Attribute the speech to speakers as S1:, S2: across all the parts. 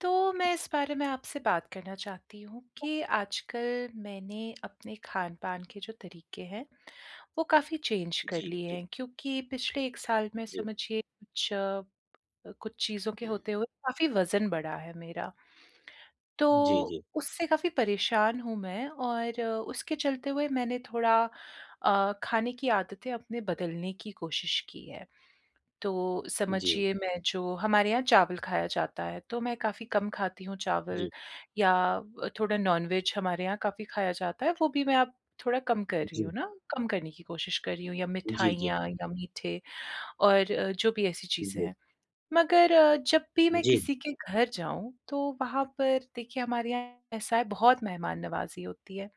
S1: तो मैं इस बारे में आपसे बात करना चाहती हूँ कि आजकल मैंने अपने खान-पान के जो तरीके हैं, वो काफ़ी चेंज कर
S2: जी,
S1: लिए
S2: जी,
S1: हैं, क्योंकि पिछले 1 साल में
S2: जी,
S1: समझिए कुछ चीज़ों के होते हुए काफ़ी वज़न बढ़ा है मेरा।
S2: जी,
S1: तो
S2: जी,
S1: उससे काफ़ी परेशान हूँ मैं, और उसके चलते हुए मैंने थोड़ा खाने की आदतें अपने बदलने की कोशिश की है। तो
S2: जी,
S1: समझिए मैं, जो हमारे यहाँ चावल खाया जाता है, तो मैं काफ़ी कम खाती हूँ चावल,
S2: जी,
S1: या थोड़ा नॉन-वेज हमारे यहाँ काफ़ी खाया जाता है, वो भी मैं अब थोड़ा कम कर रही
S2: जी,
S1: हूँ ना, कम करने की कोशिश कर रही हूँ, या
S2: जी, जी,
S1: मिठाइयाँ या मीठे और जो भी ऐसी चीज़ें हैं। मगर जब भी
S2: जी,
S1: मैं
S2: जी,
S1: किसी के घर जाऊँ, तो वहाँ पर देखिए, हमारे यहाँ ऐसा है, बहुत मेहमान नवाज़ी होती है।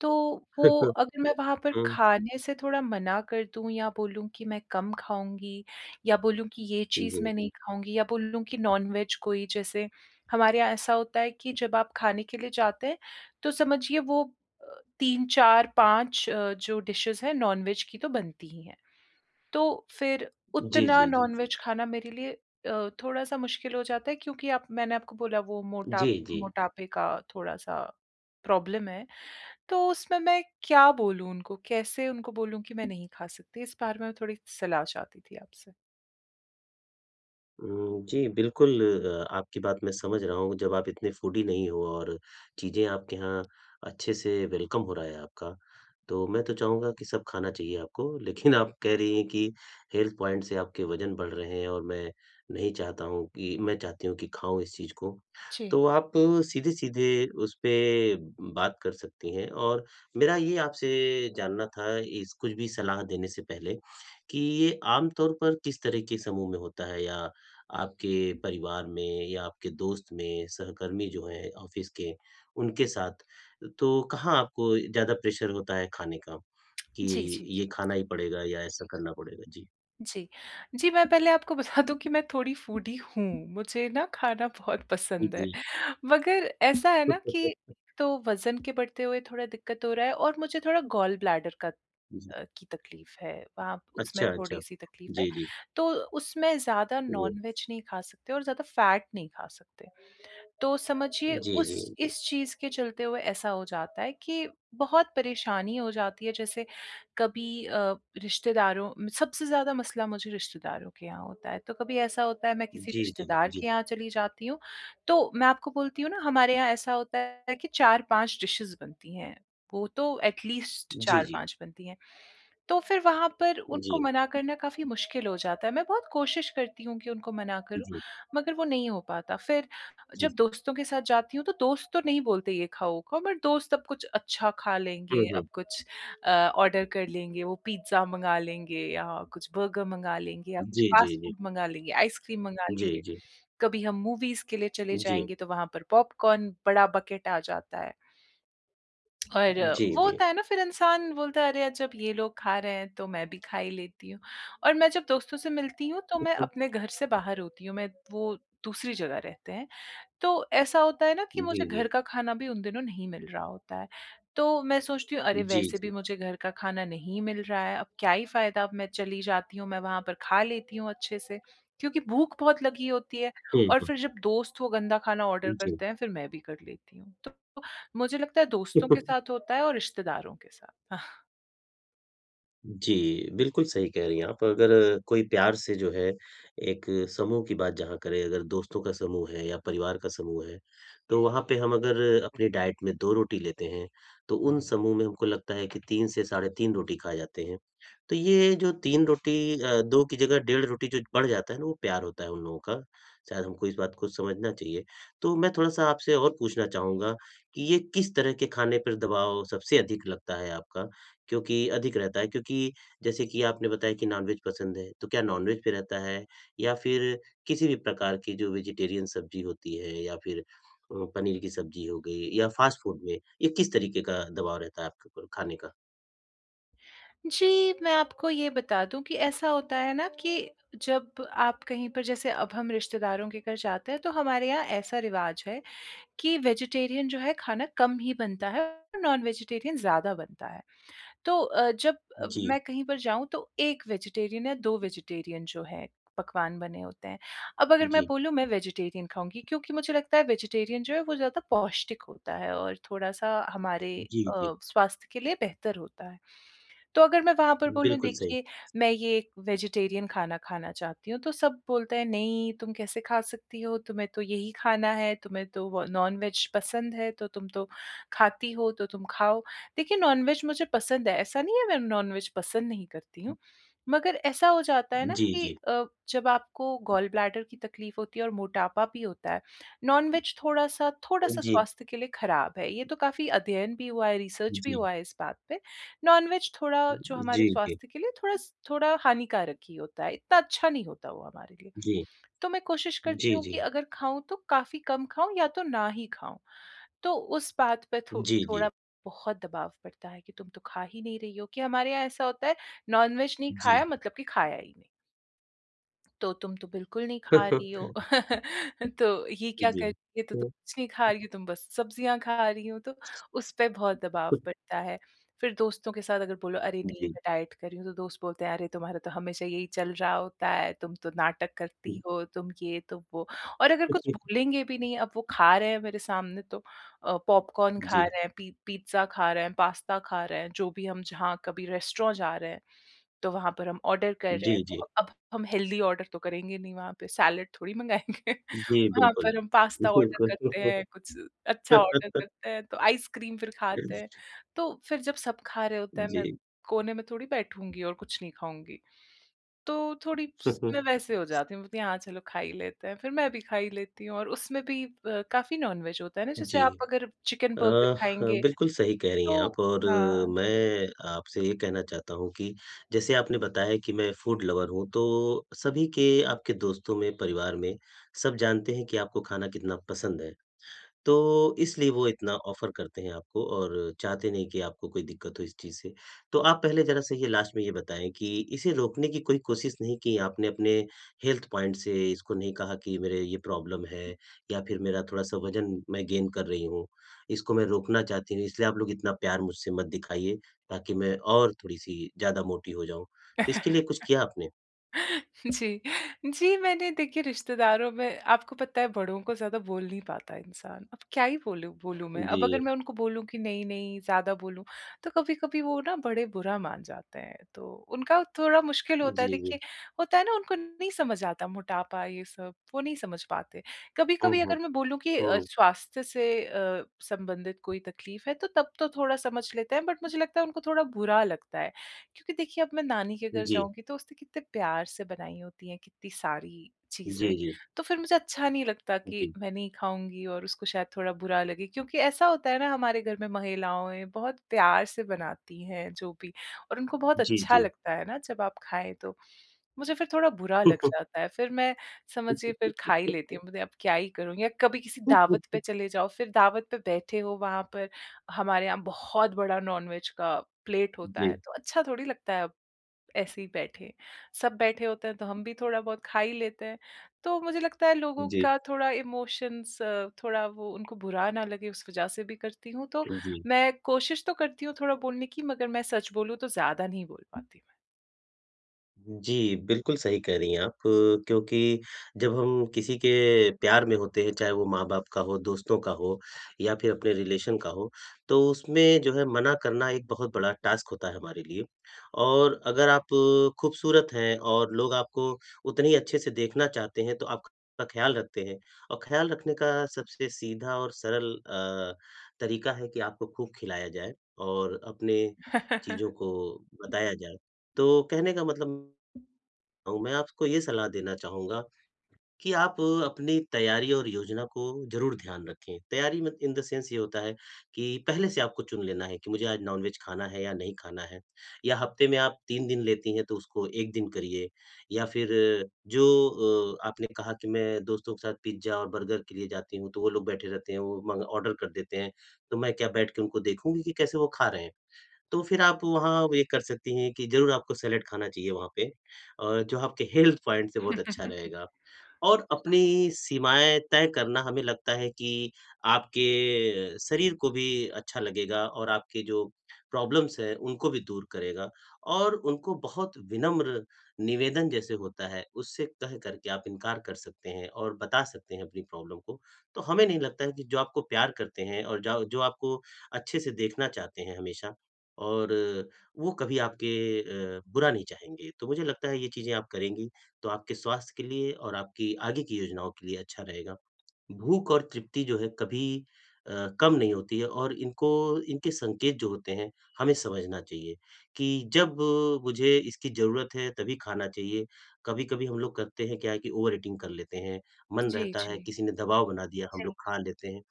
S1: तो वो, अगर मैं वहाँ पर
S2: हुँ,
S1: खाने से थोड़ा मना कर दूँ या बोलूँ कि मैं कम खाऊँगी, या बोलूँ कि ये चीज़
S2: जी,
S1: मैं नहीं खाऊँगी, या बोलूँ कि नॉन-वेज कोई, जैसे हमारे यहाँ ऐसा होता है कि जब आप खाने के लिए जाते हैं, तो समझिए वो 3, 4, 5 जो डिशेज़ हैं नॉन-वेज की, तो बनती ही हैं। तो फिर
S2: जी,
S1: उतना
S2: जी, जी,
S1: नॉन-वेज खाना मेरे लिए थोड़ा-सा मुश्किल हो जाता है, क्योंकि आप मैंने आपको बोला, वो
S2: जी। जी
S1: मोटापे का थोड़ा-सा प्रॉब्लम है। तो उसमें मैं क्या बोलूँ उनको? कैसे उनको बोलूँ कि मैं नहीं खा सकती? इस बारे में थोड़ी सलाह चाहती थी आपसे।
S2: हुँ, जी, बिल्कुल आपकी बात मैं समझ रहा हूँ। जब आप इतने फूडी नहीं हो और चीज़ें आपके यहाँ अच्छे से वेलकम हो रहा है आपका, तो मैं तो चाहूँगा कि सब खाना चाहिए आपको। लेकिन आप कह रही हैं कि हेल्थ पॉइंट से आपके वज़न बढ़ रहे हैं और मैं नहीं चाहता हूँ कि मैं चाहती हूँ कि खाऊँ इस चीज़ को।
S1: जी।
S2: तो आप सीधे-सीधे उसपे बात कर सकती हैं और मेरा ये आपसे जानना था इस कुछ भी सलाह देने से पहले, कि ये आम तौर पर किस तरह के समूह में होता है या आपके परिवार में या आपके दोस्त में, सहकर्मी जो हैं ऑफ़िस के, उनके साथ, तो कहाँ आपको ज़्यादा प्रेशर होता है खाने का,
S1: जी,
S2: कि
S1: जी, जी।
S2: ये खाना ही पड़ेगा या ऐसा करना पड़ेगा? जी।
S1: जी। जी, मैं पहले आपको बता दूँ कि मैं थोड़ी फूडी हूँ। मुझे ना खाना बहुत पसंद है।
S2: जी।
S1: मगर ऐसा है ना कि, तो वज़न के बढ़ते हुए थोड़ा दिक्कत हो रहा है, और मुझे थोड़ा गॉल ब्लैडर
S2: जी।
S1: की तकलीफ़ है। वहाँ उसमें
S2: अच्छा, अच्छा।
S1: थोड़ी-सी तकलीफ़ है।
S2: जी, जी।
S1: तो उसमें ज़्यादा
S2: जी।
S1: नॉन-वेज नहीं खा सकते और ज़्यादा फैट नहीं खा सकते। तो समझिए
S2: जी,
S1: उस
S2: जी, जी।
S1: इस चीज़ के चलते हुए ऐसा हो जाता है कि बहुत परेशानी हो जाती है। जैसे कभी रिश्तेदारों, सबसे ज़्यादा मसला मुझे रिश्तेदारों के यहाँ होता है, तो कभी ऐसा होता है, मैं किसी
S2: जी, जी,
S1: रिश्तेदार के
S2: जी।
S1: यहाँ चली जाती हूँ, तो मैं आपको बोलती हूँ ना, हमारे यहाँ ऐसा होता है कि चार पांच डिशेस बनती हैं, वो तो एटलीस्ट
S2: जी,
S1: चार
S2: जी।
S1: पांच बनती हैं। तो फिर वहां पर उनको
S2: जी,
S1: मना करना काफी मुश्किल हो जाता है। मैं बहुत कोशिश करती हूँ कि उनको मना करूं,
S2: जी, हम्म।
S1: मगर वो नहीं हो पाता। फिर
S2: हम्म, जी।
S1: जब दोस्तों के साथ जाती हूँ, तो दोस्त तो नहीं बोलते ये खाओ वो खाओ, बट दोस्त, अब कुछ अच्छा खा लेंगे,
S2: हुँ,
S1: अब
S2: हुँ।
S1: कुछ ऑर्डर कर लेंगे, वो पिज्ज़ा मंगा लेंगे, या कुछ बर्गर मंगा लेंगे, या कुछ
S2: जी, जी,
S1: फास्ट
S2: जी।
S1: फूड मंगा लेंगे, आइसक्रीम मंगा
S2: जी,
S1: लेंगे।
S2: जी।
S1: कभी हम मूवीज के लिए चले
S2: जी।
S1: जाएंगे, तो वहां पर पॉपकॉर्न बड़ा बकेट आ जाता है, और
S2: जी,
S1: वो
S2: जी।
S1: होता है ना, फिर इंसान बोलता है, अरे यार, जब ये लोग खा रहे हैं, तो मैं भी खा ही लेती हूँ। और मैं जब दोस्तों से मिलती हूँ, तो मैं अपने घर से बाहर होती हूँ, मैं वो, दूसरी जगह रहते हैं, तो ऐसा होता है ना कि मुझे
S2: जी,
S1: घर
S2: जी।
S1: का खाना भी उन दिनों नहीं मिल रहा होता है। तो मैं सोचती हूँ, अरे
S2: जी,
S1: वैसे भी
S2: जी।
S1: मुझे घर का खाना नहीं मिल रहा है, अब क्या ही फ़ायदा, अब मैं चली जाती हूँ, मैं वहाँ पर खा लेती हूँ अच्छे से। क्योंकि भूख बहुत लगी होती है,
S2: हुँ,
S1: और
S2: हुँ।
S1: फिर जब दोस्त वो गंदा खाना ऑर्डर
S2: जी।
S1: करते हैं, फिर मैं भी कर लेती हूँ। तो मुझे लगता है, दोस्तों के साथ होता है और रिश्तेदारों के साथ। हाँ।
S2: जी, बिल्कुल सही कह रही हैं आप। अगर कोई प्यार से जो है एक समूह की बात जहाँ करें, अगर दोस्तों का समूह है या परिवार का समूह है, तो वहाँ पे हम अगर अपनी डाइट में 2 रोटी लेते हैं, तो उन समूह में हमको लगता है कि 3 से साढ़े 3 रोटी खा जाते हैं। तो ये जो 3 रोटी 2 की जगह डेढ़ रोटी जो बढ़ जाता है ना, वो प्यार होता है उन लोगों का। शायद हमको इस बात को समझना चाहिए। तो मैं थोड़ा-सा आपसे और पूछना चाहूँगा कि ये किस तरह के खाने पर दबाव सबसे अधिक लगता है आपका? क्योंकि अधिक रहता है, क्योंकि जैसे कि आपने बताया कि नॉनवेज पसंद है, तो क्या नॉनवेज पे रहता है? या फिर किसी भी प्रकार की जो वेजिटेरियन सब्ज़ी होती है या फिर पनीर की सब्ज़ी हो गई या फ़ास्ट फ़ूड में, ये किस तरीके का दबाव रहता है आपके ऊपर खाने का?
S1: जी, मैं आपको ये बता दूँ कि ऐसा होता है ना कि जब आप कहीं पर, जैसे अब हम रिश्तेदारों के घर जाते हैं, तो हमारे यहाँ ऐसा रिवाज है कि वेजिटेरियन जो है खाना कम ही बनता है, और नॉन वेजिटेरियन ज़्यादा बनता है। तो जब
S2: जी,
S1: मैं कहीं पर जाऊँ, तो 1 वेजिटेरियन या 2 वेजिटेरियन जो है पकवान बने होते हैं। अब अगर मैं
S2: जी,
S1: बोलूँ मैं वेजिटेरियन खाऊँगी, क्योंकि मुझे लगता है वेजिटेरियन जो है वो ज़्यादा पौष्टिक होता है, और थोड़ा-सा हमारे
S2: जी, जी।
S1: स्वास्थ्य के लिए बेहतर होता है। तो अगर मैं वहाँ पर बोलूँ,
S2: बिल्कुल सही।
S1: देखिए, मैं ये एक वेजिटेरियन खाना खाना चाहती हूँ, तो सब बोलते हैं, नहीं, तुम कैसे खा सकती हो? तुम्हें तो यही खाना है, तुम्हें तो व नॉन-वेज पसंद है, तो तुम तो खाती हो, तो तुम खाओ। देखिए, नॉनवेज मुझे पसंद है, ऐसा नहीं है मैं नॉनवेज पसंद नहीं करती हूँ, मगर ऐसा हो जाता है ना
S2: जी,
S1: कि
S2: जी।
S1: जब आपको गॉल ब्लैडर की तकलीफ होती है और मोटापा भी होता है, नॉनवेज थोड़ा-सा थोड़ा-सा
S2: जी,
S1: स्वास्थ्य के लिए खराब है। ये तो काफ़ी अध्ययन भी हुआ है, रिसर्च भी
S2: जी,
S1: हुआ है इस बात पे। नॉनवेज थोड़ा, जो हमारे
S2: जी,
S1: स्वास्थ्य के लिए थोड़ा हानिकारक ही होता है, इतना अच्छा नहीं होता वो हमारे लिए।
S2: जी,
S1: तो मैं कोशिश
S2: जी,
S1: करती
S2: जी,
S1: हूँ कि
S2: जी,
S1: अगर खाऊँ तो काफ़ी कम खाऊँ, या तो ना ही खाऊँ। तो उस बात पे थो
S2: जी,
S1: थोड़ा बहुत दबाव पड़ता है कि तुम तो खा ही नहीं रही हो, कि हमारे यहाँ ऐसा होता है, नॉन-वेज नहीं
S2: जी,
S1: खाया
S2: जी।
S1: मतलब कि खाया ही नहीं। तो तुम तो बिल्कुल नहीं खा रही हो। तो ये क्या
S2: जी।
S1: कर रही है, तो तुम कुछ नहीं खा रही हो, तुम बस सब्जियां खा रही हो, तो उस पे बहुत दबाव पड़ता है। फिर दोस्तों के साथ अगर बोलो अरे नहीं
S2: जी।
S1: मैं डाइट कर रही हूँ, तो दोस्त बोलते हैं, अरे तुम्हारा तो हमेशा यही चल रहा होता है, तुम तो नाटक करती हो, तुम ये, तुम वो। और अगर कुछ बोलेंगे भी नहीं, अब वो खा रहे हैं मेरे सामने, तो पॉपकॉर्न खा
S2: जी।
S1: रहे हैं, पिज्ज़ा खा रहे हैं, पास्ता खा रहे हैं, जो भी, हम जहाँ कभी रेस्टोरेंट जा रहे हैं, तो वहाँ पर हम ऑर्डर कर रहे
S2: जी,
S1: हैं,
S2: जी, जी।
S1: तो अब हम हेल्दी ऑर्डर तो करेंगे नहीं वहाँ पे, सैलड थोड़ी मँगाएँगे।
S2: जी,
S1: वहाँ
S2: बिल्कुल।
S1: पर हम पास्ता ऑर्डर करते
S2: बिल्कुल।
S1: हैं, कुछ अच्छा ऑर्डर करते हैं, तो आइसक्रीम फिर खाते हैं। तो फिर जब सब खा रहे होते हैं,
S2: जी।
S1: मैं कोने में थोड़ी बैठूँगी और कुछ नहीं खाऊँगी। तो थोड़ी स मैं वैसे हो जाती हूँ, बोलती हूँ, "हाँ, चलो खा ही लेते हैं।" फिर मैं भी खा ही लेती हूँ, और उसमें भी काफ़ी नॉन-वेज होता है ना, जैसे
S2: जी।
S1: आप अगर चिकन
S2: अ,
S1: बर्गर
S2: हाँ,
S1: खाएँगे
S2: बिल्कुल सही कह रही हैं
S1: तो।
S2: आप और
S1: हाँ।
S2: मैं आपसे ये कहना चाहता हूँ कि जैसे आपने बताया कि मैं फूड लवर हूँ, तो सभी के आपके दोस्तों में, परिवार में सब जानते हैं कि आपको खाना कितना पसंद है। तो इसलिए वो इतना ऑफ़र करते हैं आपको और चाहते नहीं कि आपको कोई दिक्कत हो इस चीज़ से। तो आप पहले ज़रा-सा ये लास्ट में ये बताएँ कि इसे रोकने की कोई कोशिश नहीं की आपने अपने हेल्थ पॉइंट से? इसको नहीं कहा कि मेरे ये प्रॉब्लम है या फिर मेरा थोड़ा-सा वज़न मैं गेन कर रही हूँ, इसको मैं रोकना चाहती हूँ, इसलिए आप लोग इतना प्यार मुझसे मत दिखाइए ताकि मैं और थोड़ी-सी ज़्यादा मोटी हो जाऊँ। तो इसके लिए कुछ किया आपने?
S1: जी। जी, मैंने देखिए, रिश्तेदारों में आपको पता है, बड़ों को ज़्यादा बोल नहीं पाता इंसान। अब क्या ही बोलूँ बोलूँ मैं?
S2: जी।
S1: अब अगर मैं उनको बोलूँ कि नहीं-नहीं, ज़्यादा बोलूँ, तो कभी-कभी वो ना बड़े बुरा मान जाते हैं, तो उनका थोड़ा मुश्किल होता है।
S2: जी, जी।
S1: देखिए, होता है ना, उनको नहीं समझ आता मोटापा ये सब, वो नहीं समझ पाते।
S2: हुँ,
S1: कभी-कभी
S2: हुँ,
S1: अगर मैं बोलूँ कि
S2: हुँ।
S1: स्वास्थ्य से संबंधित कोई तकलीफ़ है, तो तब तो थोड़ा समझ लेते हैं, बट मुझे लगता है उनको थोड़ा बुरा लगता है। क्योंकि देखिए, अब मैं नानी के घर
S2: जी।
S1: जाऊँगी, तो उसने कितने प्यार से बनाई होती हैं कितनी सारी
S2: जी,
S1: चीज़ें।
S2: जी।
S1: तो फिर मुझे अच्छा नहीं लगता कि
S2: जी।
S1: मैं नहीं खाऊँगी, और उसको शायद थोड़ा बुरा लगे, क्योंकि ऐसा होता है ना, हमारे घर में महिलाएँ बहुत प्यार से बनाती हैं जो भी, और उनको बहुत
S2: जी,
S1: अच्छा
S2: जी।
S1: लगता है ना जब आप खाएँ तो। मुझे फिर थोड़ा बुरा लग जाता है, फिर मैं समझिए फिर खा ही लेती हूँ, मतलब अब क्या ही करूँ, या कभी किसी दावत पे चले जाओ, फिर दावत पे बैठे हो वहाँ पर, हमारे यहाँ बहुत बड़ा नॉनवेज का प्लेट होता है,
S2: जी,
S1: तो अच्छा थोड़ी लगता है अब ऐसे ही बैठे। सब बैठे होते हैं तो हम भी थोड़ा बहुत खा ही लेते हैं। तो मुझे लगता है लोगों
S2: जी,
S1: का थोड़ा इमोशंस, थोड़ा वो, उनको बुरा ना लगे उस वजह से भी करती हूँ। तो
S2: जी।
S1: मैं कोशिश तो करती हूँ थोड़ा बोलने की, मगर मैं सच बोलूँ तो ज़्यादा नहीं बोल पाती
S2: जी, बिल्कुल सही कह रही हैं आप, क्योंकि जब हम किसी के प्यार में होते हैं, चाहे वो माँ-बाप का हो, दोस्तों का हो या फिर अपने रिलेशन का हो, तो उसमें जो है मना करना एक बहुत बड़ा टास्क होता है हमारे लिए। और अगर आप खूबसूरत हैं और लोग आपको उतने ही अच्छे से देखना चाहते हैं, तो आपका ख़्याल रखते हैं और ख़्याल रखने का सबसे सीधा और सरल तरीका है कि आपको खूब खिलाया जाए और अपने
S1: मैं।
S2: चीज़ों को बताया जाए। तो कहने का मतलब हूँ, मैं आपको ये सलाह देना चाहूँगा कि आप अपनी तैयारी और योजना को ज़रूर ध्यान रखें। तैयारी में इन द सेंस ये होता है कि पहले से आपको चुन लेना है कि मुझे आज नॉन-वेज खाना है या नहीं खाना है। या हफ़्ते में आप 3 दिन लेती हैं तो उसको 1 दिन करिए या फिर जो आपने कहा कि मैं दोस्तों के साथ पिज़्ज़ा और बर्गर के लिए जाती हूँ, तो वो लोग बैठे रहते हैं, वो मंग ऑर्डर कर देते हैं, तो मैं क्या बैठ के उनको देखूँगी कि कैसे वो खा रहे हैं? तो फिर आप वहाँ ये कर सकती हैं कि ज़रूर आपको सैलेड खाना चाहिए वहाँ पे, और जो आपके हेल्थ पॉइंट से बहुत अच्छा रहेगा। और अपनी सीमाएँ तय करना, हमें लगता है कि आपके शरीर को भी अच्छा लगेगा और आपके जो प्रॉब्लम्स हैं, उनको भी दूर करेगा, और उनको बहुत विनम्र निवेदन जैसे होता है, उससे कह कर के आप इनकार कर सकते हैं और बता सकते हैं अपनी प्रॉब्लम को। तो हमें नहीं लगता है कि जो आपको प्यार करते हैं और जाओ जो आपको अच्छे से देखना चाहते हैं हमेशा, और वो कभी आपके बुरा नहीं चाहेंगे। तो मुझे लगता है ये चीज़ें आप करेंगी, तो आपके स्वास्थ्य के लिए और आपकी आगे की योजनाओं के लिए अच्छा रहेगा। भूख और तृप्ति जो है कभी अ, कम नहीं होती है और इनको, इनके संकेत जो होते हैं, हमें समझना चाहिए कि जब मुझे इसकी ज़रूरत है तभी खाना चाहिए। कभी-कभी हम लोग करते हैं क्या है कि ओवर ईटिंग कर लेते हैं, मन
S1: जी,
S2: रहता है,
S1: जी।
S2: किसी ने दबाव बना दिया, हम जी। लोग खा लेते हैं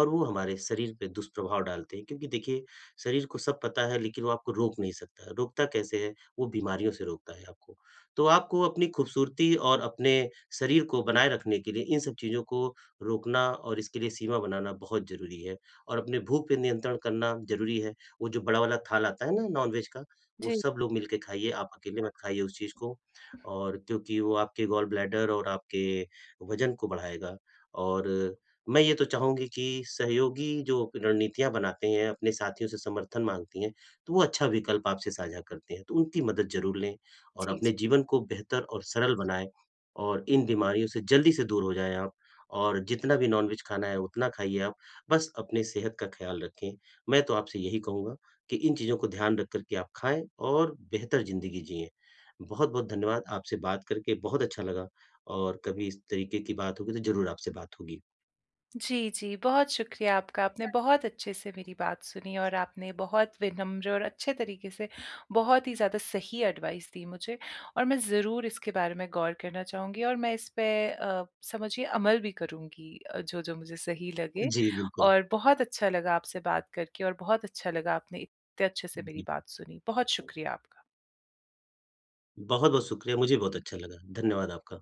S2: और वो हमारे शरीर पे दुष्प्रभाव डालते हैं, क्योंकि देखिए शरीर को सब पता है लेकिन वो आपको रोक नहीं सकता है। रोकता कैसे है? वो बीमारियों से रोकता है आपको। तो आपको अपनी खूबसूरती और अपने शरीर को बनाए रखने के लिए इन सब चीज़ों को रोकना और इसके लिए सीमा बनाना बहुत ज़रूरी है। और अपने भूख पे नियंत्रण करना ज़रूरी है। वो जो बड़ा वाला थाल आता है ना नॉन-वेज का, वो
S1: जी,
S2: सब लोग मिल के खाइए, आप अकेले मत खाइए उस चीज़ को। और क्योंकि वो आपके गॉल ब्लैडर और आपके वज़न को बढ़ाएगा और मैं ये तो चाहूँगी कि सहयोगी जो रणनीतियाँ बनाते हैं, अपने साथियों से समर्थन माँगती हैं, तो वो अच्छा विकल्प आपसे साझा करते हैं, तो उनकी मदद ज़रूर लें और
S1: जी, जी।
S2: अपने जीवन को बेहतर और सरल बनाएँ और इन बीमारियों से जल्दी से दूर हो जाएँ आप और जितना भी नॉनवेज खाना है, उतना खाइए आप, बस अपनी सेहत का ख़्याल रखें। मैं तो आपसे यही कहूँगा कि इन चीज़ों को ध्यान रख कर के आप खाएँ और बेहतर ज़िंदगी जिएँ। बहुत-बहुत धन्यवाद, आपसे बात करके बहुत अच्छा लगा और कभी इस तरीके की बात होगी तो ज़रूर आपसे बात होगी।
S1: जी, जी, बहुत शुक्रिया आपका। आपने बहुत अच्छे से मेरी बात सुनी, और आपने बहुत विनम्र और अच्छे तरीके से बहुत ही ज़्यादा सही एडवाइस दी मुझे, और मैं ज़रूर इसके बारे में गौर करना चाहूँगी, और मैं इस पे समझिए अमल भी करूँगी, जो-जो मुझे सही लगे,
S2: जी, बिल्कुल।
S1: और बहुत अच्छा लगा आपसे बात करके, और बहुत अच्छा लगा आपने इतने अच्छे से मेरी
S2: जी,
S1: बात सुनी। बहुत शुक्रिया आपका।
S2: बहुत-बहुत शुक्रिया, मुझे बहुत अच्छा लगा। धन्यवाद आपका।